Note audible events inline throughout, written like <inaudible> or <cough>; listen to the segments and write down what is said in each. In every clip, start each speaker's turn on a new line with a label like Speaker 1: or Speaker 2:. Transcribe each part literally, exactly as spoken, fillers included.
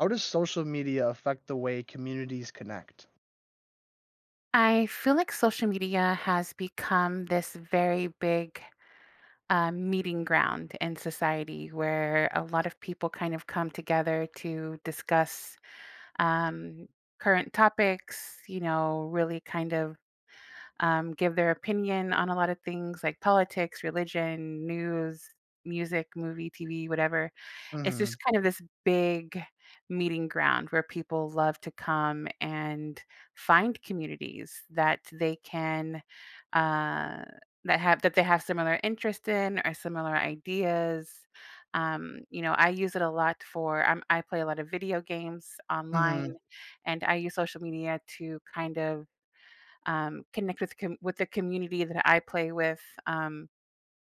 Speaker 1: How does social media affect the way communities connect?
Speaker 2: I feel like social media has become this very big uh, meeting ground in society where a lot of people kind of come together to discuss um, current topics, you know, really kind of um, give their opinion on a lot of things like politics, religion, news, music, movie, T V, whatever. It's
Speaker 1: Mhm,
Speaker 2: just kind of this big meeting ground where people love to come and find communities that they can, uh, that have that they have similar interest in or similar ideas. Um, you know, I use it a lot for I'm, I play a lot of video games online,
Speaker 1: mhm.
Speaker 2: and I use social media to kind of um, connect with com- with the community that I play with. Um,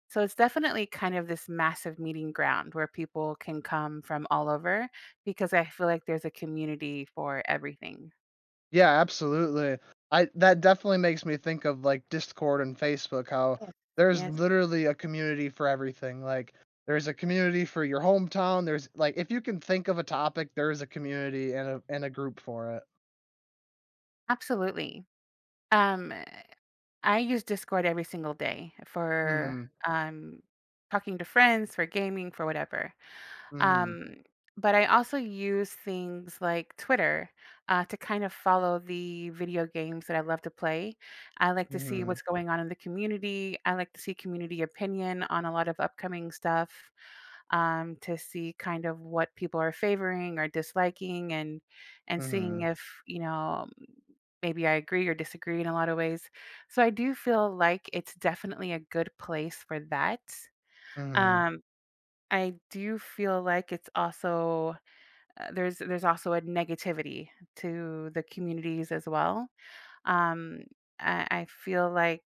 Speaker 2: So it's definitely kind of this massive meeting ground where people can come from all over because I feel like there's a community for everything.
Speaker 1: Yeah, absolutely. I That definitely makes me think of, like, Discord and Facebook, how
Speaker 2: Yes.
Speaker 1: there's
Speaker 2: Yes,
Speaker 1: literally a community for everything, like, there's a community for your hometown, there's like, if you can think of a topic, there is a community and a and a group for it.
Speaker 2: absolutely. Um, I use Discord every single day for
Speaker 1: Mhm,
Speaker 2: um, talking to friends, for gaming, for whatever.
Speaker 1: mhm,
Speaker 2: Um, but I also use things like Twitter uh, to kind of follow the video games that I love to play. I like to see
Speaker 1: mhm,
Speaker 2: what's going on in the community. I like to see community opinion on a lot of upcoming stuff um, to see kind of what people are favoring or disliking, and and seeing
Speaker 1: mhm,
Speaker 2: if you know maybe I agree or disagree in a lot of ways. So I do feel like it's definitely a good place for that.
Speaker 1: mhm,
Speaker 2: Um, I do feel like it's also uh, there's there's also a negativity to the communities as well. Um, I, I feel like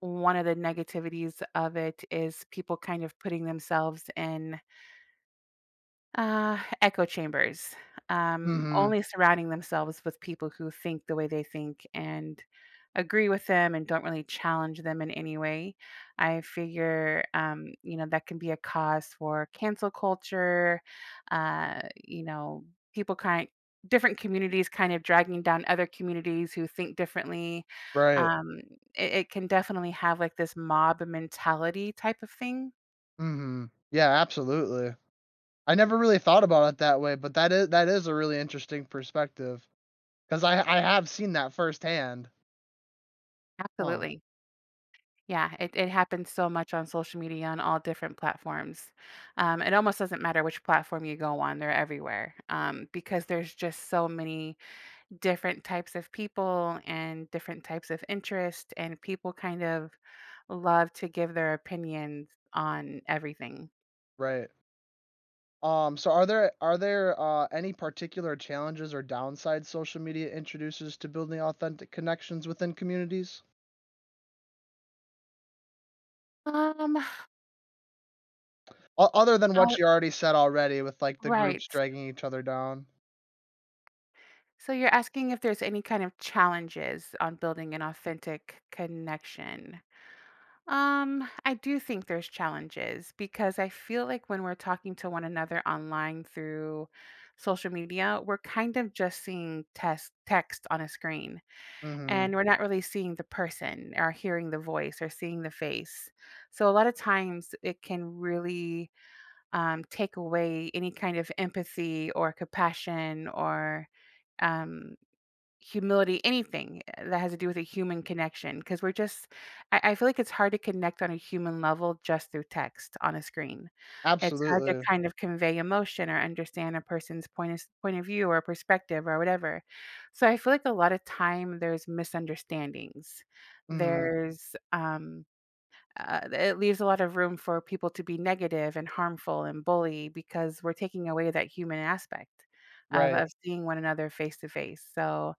Speaker 2: one of the negativities of it is people kind of putting themselves in uh, echo chambers, um,
Speaker 1: mhm,
Speaker 2: only surrounding themselves with people who think the way they think and agree with them and don't really challenge them in any way. I figure, um, you know, that can be a cause for cancel culture, uh, you know, people kind different communities kind of dragging down other communities who think differently.
Speaker 1: right,
Speaker 2: Um, it, it can definitely have like this mob mentality type of thing.
Speaker 1: mhm. Yeah, absolutely. I never really thought about it that way, but that is that is a really interesting perspective. Because I I have seen that firsthand. Huh,
Speaker 2: Absolutely. Yeah, it it happens so much on social media on all different platforms. Um, it almost doesn't matter which platform you go on, they're everywhere. Um, because there's just so many different types of people and different types of interest, and people kind of love to give their opinions on everything.
Speaker 1: right. Um, so are there are there uh, any particular challenges or downsides social media introduces to building authentic connections within communities?
Speaker 2: Um,
Speaker 1: O- other than what
Speaker 2: uh,
Speaker 1: you already said already with like the
Speaker 2: right.
Speaker 1: groups dragging each other down.
Speaker 2: So you're asking if there's any kind of challenges on building an authentic connection. Um, I do think there's challenges because I feel like when we're talking to one another online through social media, we're kind of just seeing test text on a screen
Speaker 1: Mhm.
Speaker 2: and we're not really seeing the person or hearing the voice or seeing the face. So a lot of times it can really um, take away any kind of empathy or compassion or um, humility, anything eh, that has to do with a human connection, because 'cause we're just I I feel like it's hard to connect on a human level just through text on a screen. It's hard to
Speaker 1: Absolutely.
Speaker 2: kind of convey emotion or understand a person's point of point of view or perspective or whatever. So I feel like a lot of time there's misunderstandings.
Speaker 1: Mhm.
Speaker 2: There's, um, uh, it leaves a lot of room for people to be negative and harmful and bully because we're taking away that human aspect of
Speaker 1: Right.
Speaker 2: of seeing one another face to face. So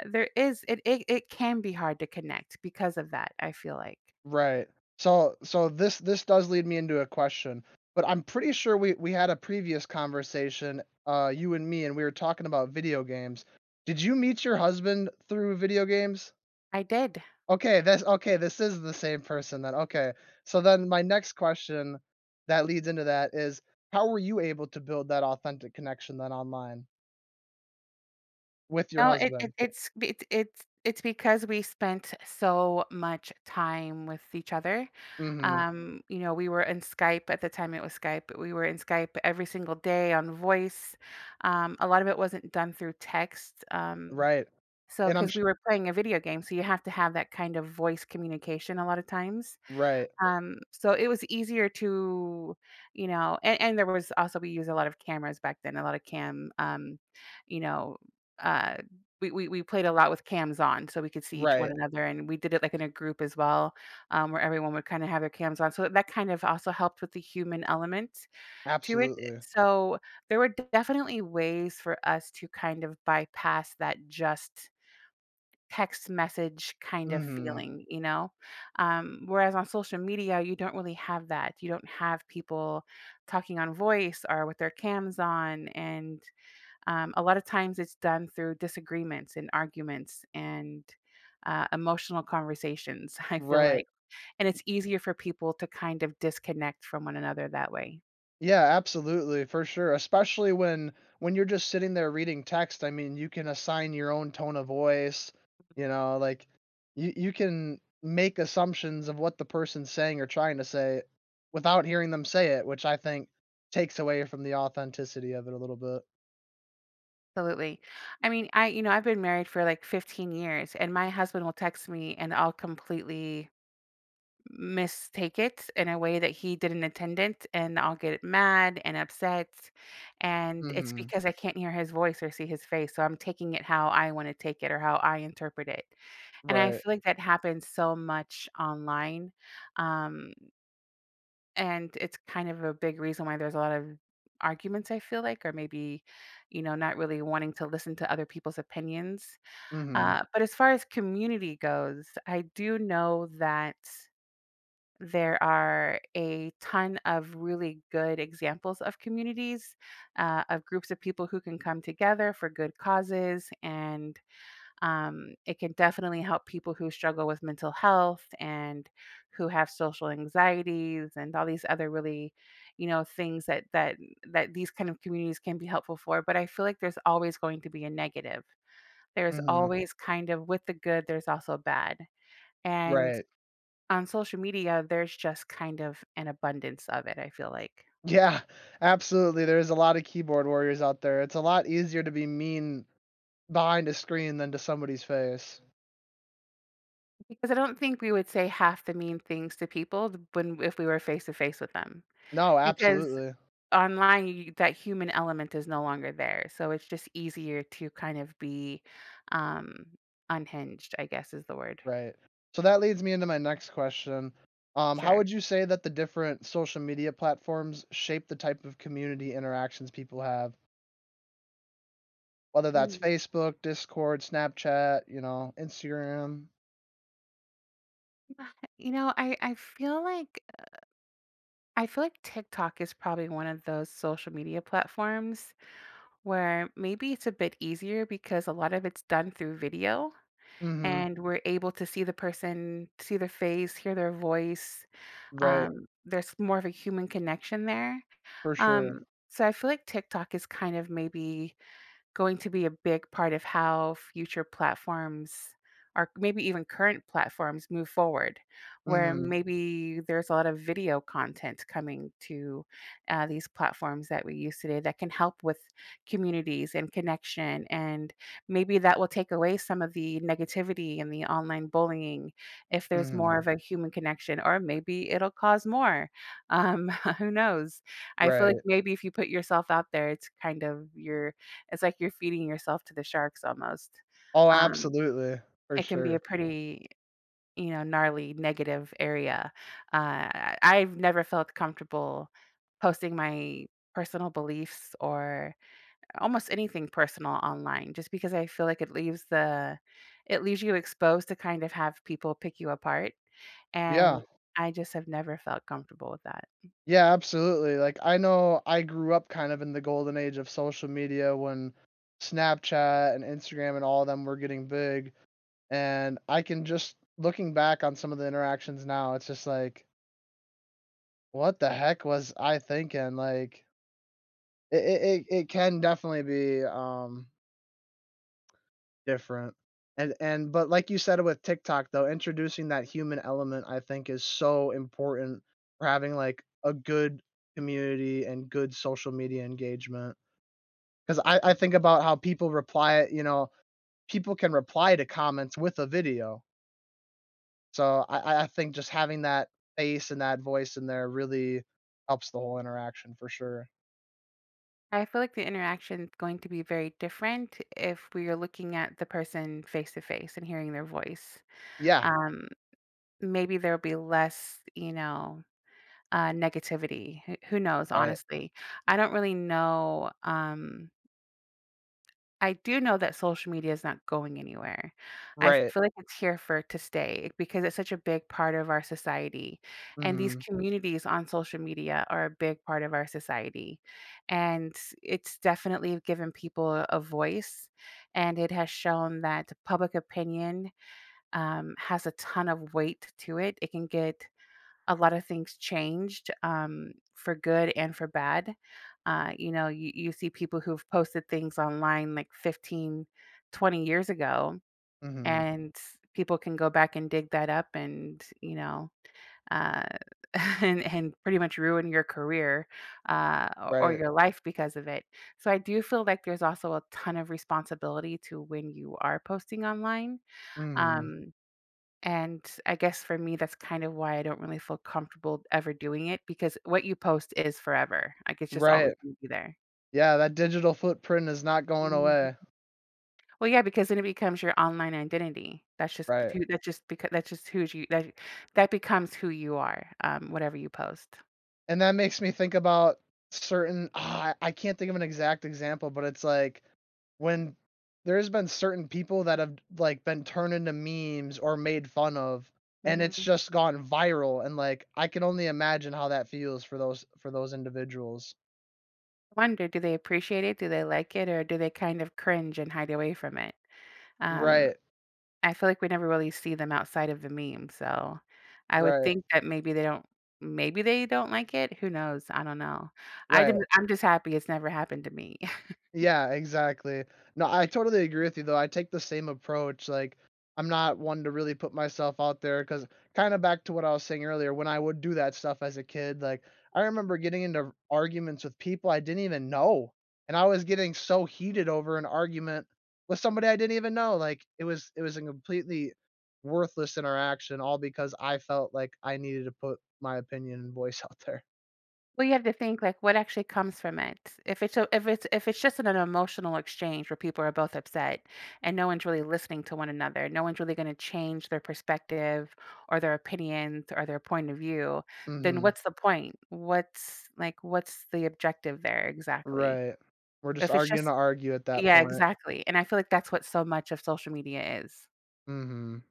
Speaker 2: uh, there is it it it can be hard to connect because of that, I feel like.
Speaker 1: Right. So so this this does lead me into a question, but I'm pretty sure we we had a previous conversation, uh, you and me, and we were talking about video games. Did you meet your husband through video games?
Speaker 2: I did.
Speaker 1: Okay, that's okay, this is the same person then, okay. So then my next question that leads into that is, how were you able to build that authentic connection then online with your
Speaker 2: No, it it
Speaker 1: husband?
Speaker 2: it's it it's it's because we spent so much time with each other.
Speaker 1: Mhm.
Speaker 2: Um, you know, we were in Skype. At the time it was Skype. But we were in Skype every single day on voice. Um, a lot of it wasn't done through text. Um,
Speaker 1: Right.
Speaker 2: so
Speaker 1: And I'm
Speaker 2: because
Speaker 1: sh
Speaker 2: we were playing a video game, so you have to have that kind of voice communication a lot of times.
Speaker 1: Right.
Speaker 2: Um, so it was easier to, you know, and and there was also we used a lot of cameras back then, a lot of cam, um, you know, uh, we we we played a lot with cams on so we could see each one
Speaker 1: Right.
Speaker 2: Right. another, and we did it, like, in a group as well, um, where everyone would kinda have their cams on, so that kind of also helped with the human element to it.
Speaker 1: Absolutely.
Speaker 2: So there were definitely ways for us to kind of bypass that just text message kind of
Speaker 1: Mhm.
Speaker 2: feeling, you know? Um, whereas on social media, you don't really have that. You don't have people talking on voice or with their cams on. And um, a lot of times it's done through disagreements and arguments and uh, emotional conversations, <laughs> I feel
Speaker 1: Right.
Speaker 2: like. And it's easier for people to kind of disconnect from one another that way.
Speaker 1: Yeah, absolutely, for sure, especially when when you're just sitting there reading text, I mean, you can assign your own tone of voice, you know, like, you you can make assumptions of what the person's saying or trying to say without hearing them say it, which I think takes away from the authenticity of it a little bit.
Speaker 2: Absolutely. I mean, I you know, I've been married for like fifteen years and my husband will text me and I'll completely mistake it in a way that he didn't intend it and I'll get mad and upset and it's
Speaker 1: Mhm.
Speaker 2: because I can't hear his voice or see his face. So I'm taking it how I want to take it or how I interpret it. And I
Speaker 1: Right.
Speaker 2: feel like that happens so much online, um, and it's kind of a big reason why there's a lot of arguments, I feel like, or maybe, you know, not really wanting to listen to other people's opinions.
Speaker 1: Mhm.
Speaker 2: Uh, but as far as community goes, I do know that there are a ton of really good examples of communities, uh, of groups of people who can come together for good causes and um, it can definitely help people who struggle with mental health and who have social anxieties and all these other really, you know, things that that that these kind of communities can be helpful for. But I feel like there's always going to be a negative. There's
Speaker 1: Mhm.
Speaker 2: always kind of with the good, there's also bad. And
Speaker 1: Right.
Speaker 2: on social media, there's just kind of an abundance of it, I feel like.
Speaker 1: Yeah, absolutely, there's a lot of keyboard warriors out there, it's a lot easier to be mean behind a screen than to somebody's face.
Speaker 2: Because I don't think we would say half the mean things to people th- when if we were face to face with them.
Speaker 1: No,
Speaker 2: Because
Speaker 1: absolutely.
Speaker 2: online, you that human element is no longer there, so it's just easier to kind of be, um, unhinged, I guess is the word.
Speaker 1: Right. So that leads me into my next question. Um, how would
Speaker 2: Sure.
Speaker 1: you say that the different social media platforms shape the type of community interactions people have? Whether that's
Speaker 2: Hmm.
Speaker 1: Facebook, Discord, Snapchat, you know, Instagram.
Speaker 2: You know, I I feel like I feel like TikTok is probably one of those social media platforms where maybe it's a bit easier because a lot of it's done through video,
Speaker 1: Mhm.
Speaker 2: and we're able to see the person, see their face, hear their voice,
Speaker 1: Right.
Speaker 2: um, there's more of a human connection there.
Speaker 1: For sure.
Speaker 2: Um, so I feel like TikTok is kind of maybe going to be a big part of how future platforms or maybe even current platforms move forward, where
Speaker 1: Mhm.
Speaker 2: maybe there's a lot of video content coming to uh, these platforms that we use today that can help with communities and connection. And maybe that will take away some of the negativity and the online bullying if there's more
Speaker 1: Mhm.
Speaker 2: of a human connection, or maybe it'll cause more. Um, <laughs> who knows? I feel like
Speaker 1: Right.
Speaker 2: maybe if you put yourself out there, it's kind of your it's like you're feeding yourself to the sharks almost.
Speaker 1: Oh,
Speaker 2: Um,
Speaker 1: absolutely. For
Speaker 2: it can be
Speaker 1: sure.
Speaker 2: a pretty, you know, gnarly negative area. Uh, I I've never felt comfortable posting my personal beliefs or almost anything personal online just because I feel like it leaves the it leaves you exposed to kind of have people pick you apart,
Speaker 1: Yeah.
Speaker 2: and I just have never felt comfortable with that.
Speaker 1: Yeah, absolutely. Like I know I grew up kind of in the golden age of social media when Snapchat and Instagram and all of them were getting big. And I can just looking back on some of the interactions now, it's just like, what the heck was I thinking? Like it it, it it can definitely be um different. And and but like you said with TikTok though, introducing that human element I think is so important for having like a good community and good social media engagement. Because I, I think about how people reply, you know, people can reply to comments with a video. So I I I think just having that face and that voice in there really helps the whole interaction for sure.
Speaker 2: I feel like the interaction is going to be very different if we are looking at the person face to face and hearing their voice.
Speaker 1: Yeah,
Speaker 2: Um, Maybe there'll be less, you know, uh, negativity. Who who knows?
Speaker 1: right,
Speaker 2: Honestly, I don't really know. Um, I do know that social media is not going anywhere. I
Speaker 1: right,
Speaker 2: feel like it's here for to stay because it's such a big part of our society. And these
Speaker 1: mhm,
Speaker 2: communities on social media are a big part of our society. And it's definitely given people a voice. And it has shown that public opinion um, has a ton of weight to it. It can get a lot of things changed um, for good and for bad. Uh, you know, you, you see people who've posted things online like fifteen, twenty years ago,
Speaker 1: mhm,
Speaker 2: and people can go back and dig that up and, you know, uh, <laughs> and, and pretty much ruin your career uh, or, or
Speaker 1: right,
Speaker 2: your life because of it. So I do feel like there's also a ton of responsibility to when you are posting online.
Speaker 1: mhm,
Speaker 2: Um, and I guess for me, that's kind of why I don't really feel comfortable ever doing it because what you post is forever. Like it's just always
Speaker 1: right.
Speaker 2: gonna be there.
Speaker 1: Yeah, that digital footprint is not going
Speaker 2: Mhm.
Speaker 1: away.
Speaker 2: Well, yeah, because then it becomes your online identity. That's just
Speaker 1: Right.
Speaker 2: who that's just because that's just who you that that becomes who you are, um, whatever you post.
Speaker 1: And that makes me think about certain ah, I I can't think of an exact example, but it's like when there's been certain people that have like been turned into memes or made fun of and it's
Speaker 2: Mhm.
Speaker 1: just gone viral and like I can only imagine how that feels for those for those individuals.
Speaker 2: Wonder, do they appreciate it? Do they like it, or do they kind of cringe and hide away from it? Um,
Speaker 1: Right.
Speaker 2: I feel like we never really see them outside of the meme, so I would
Speaker 1: Right.
Speaker 2: think that maybe they don't maybe they don't like it, who knows, I don't know. I
Speaker 1: Right.
Speaker 2: didn't I'm just happy it's never happened to me. <laughs>
Speaker 1: Yeah, exactly. No, I totally agree with you though. I take the same approach. Like, I'm not one to really put myself out there because kind of back to what I was saying earlier, when I would do that stuff as a kid, like I remember getting into arguments with people I didn't even know. And I was getting so heated over an argument with somebody I didn't even know. Like it was it was a completely worthless interaction all because I felt like I needed to put my opinion and voice <laughs> out there.
Speaker 2: Well, you have to think, like, what actually comes from it? If it's a if it's if it's just an an emotional exchange where people are both upset and no one's really listening to one another, no one's really gonna change their perspective or their opinions or their point of view, then
Speaker 1: Mhm.
Speaker 2: what's the point? What's like, what's the objective there exactly?
Speaker 1: Right. We're just
Speaker 2: If it's
Speaker 1: arguing
Speaker 2: just
Speaker 1: to argue at that
Speaker 2: Yeah,
Speaker 1: point.
Speaker 2: exactly, and I feel like that's what so much of social media is.
Speaker 1: Mhm.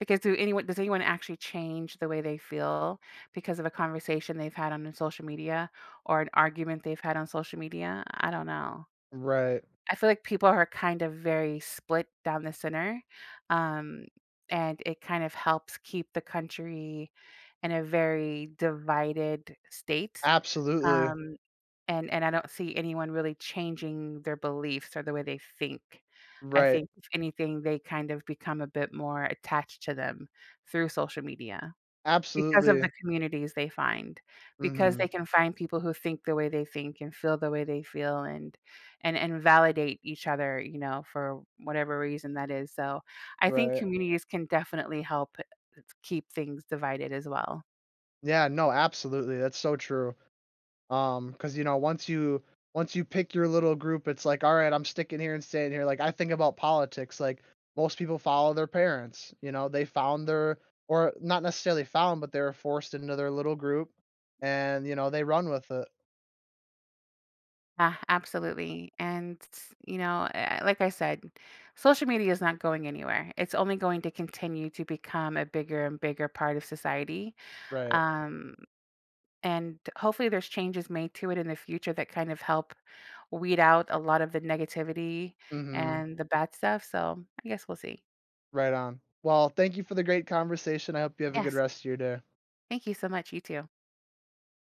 Speaker 2: Because do anyone does anyone actually change the way they feel because of a conversation they've had on social media or an argument they've had on social media? I don't know.
Speaker 1: Right.
Speaker 2: I feel like people are kind of very split down the center, um, and it kind of helps keep the country in a very divided state,
Speaker 1: Absolutely.
Speaker 2: um And and I don't see anyone really changing their beliefs or the way they think. I
Speaker 1: Right.
Speaker 2: think if anything, they kind of become a bit more attached to them through social media because of the
Speaker 1: Absolutely.
Speaker 2: communities they find, because they
Speaker 1: Mhm.
Speaker 2: can find people who think the way they think and feel the way they feel and and and validate each other, you know, for whatever reason that is. So I think
Speaker 1: Right.
Speaker 2: communities can definitely help keep things divided as well.
Speaker 1: Yeah, no, absolutely, that's so true. Um. Because you know, once you once you pick your little group, it's like, "Alright, I'm sticking here and staying here." Like, I think about politics, like, most people follow their parents, you know, they found their or not necessarily found, but they were forced into their little group and, you know, they run with it.
Speaker 2: Yeah, absolutely. And, you know, eh, like I said, social media is not going anywhere. It's only going to continue to become a bigger and bigger part of society.
Speaker 1: Right.
Speaker 2: Um, and hopefully there's changes made to it in the future that kind of help weed out a lot of the negativity
Speaker 1: Mhm.
Speaker 2: and the bad stuff. So I guess we'll see.
Speaker 1: Right on. Well, thank you for the great conversation, I hope you have a good
Speaker 2: Yes.
Speaker 1: rest of your day.
Speaker 2: Thank you so much. You too.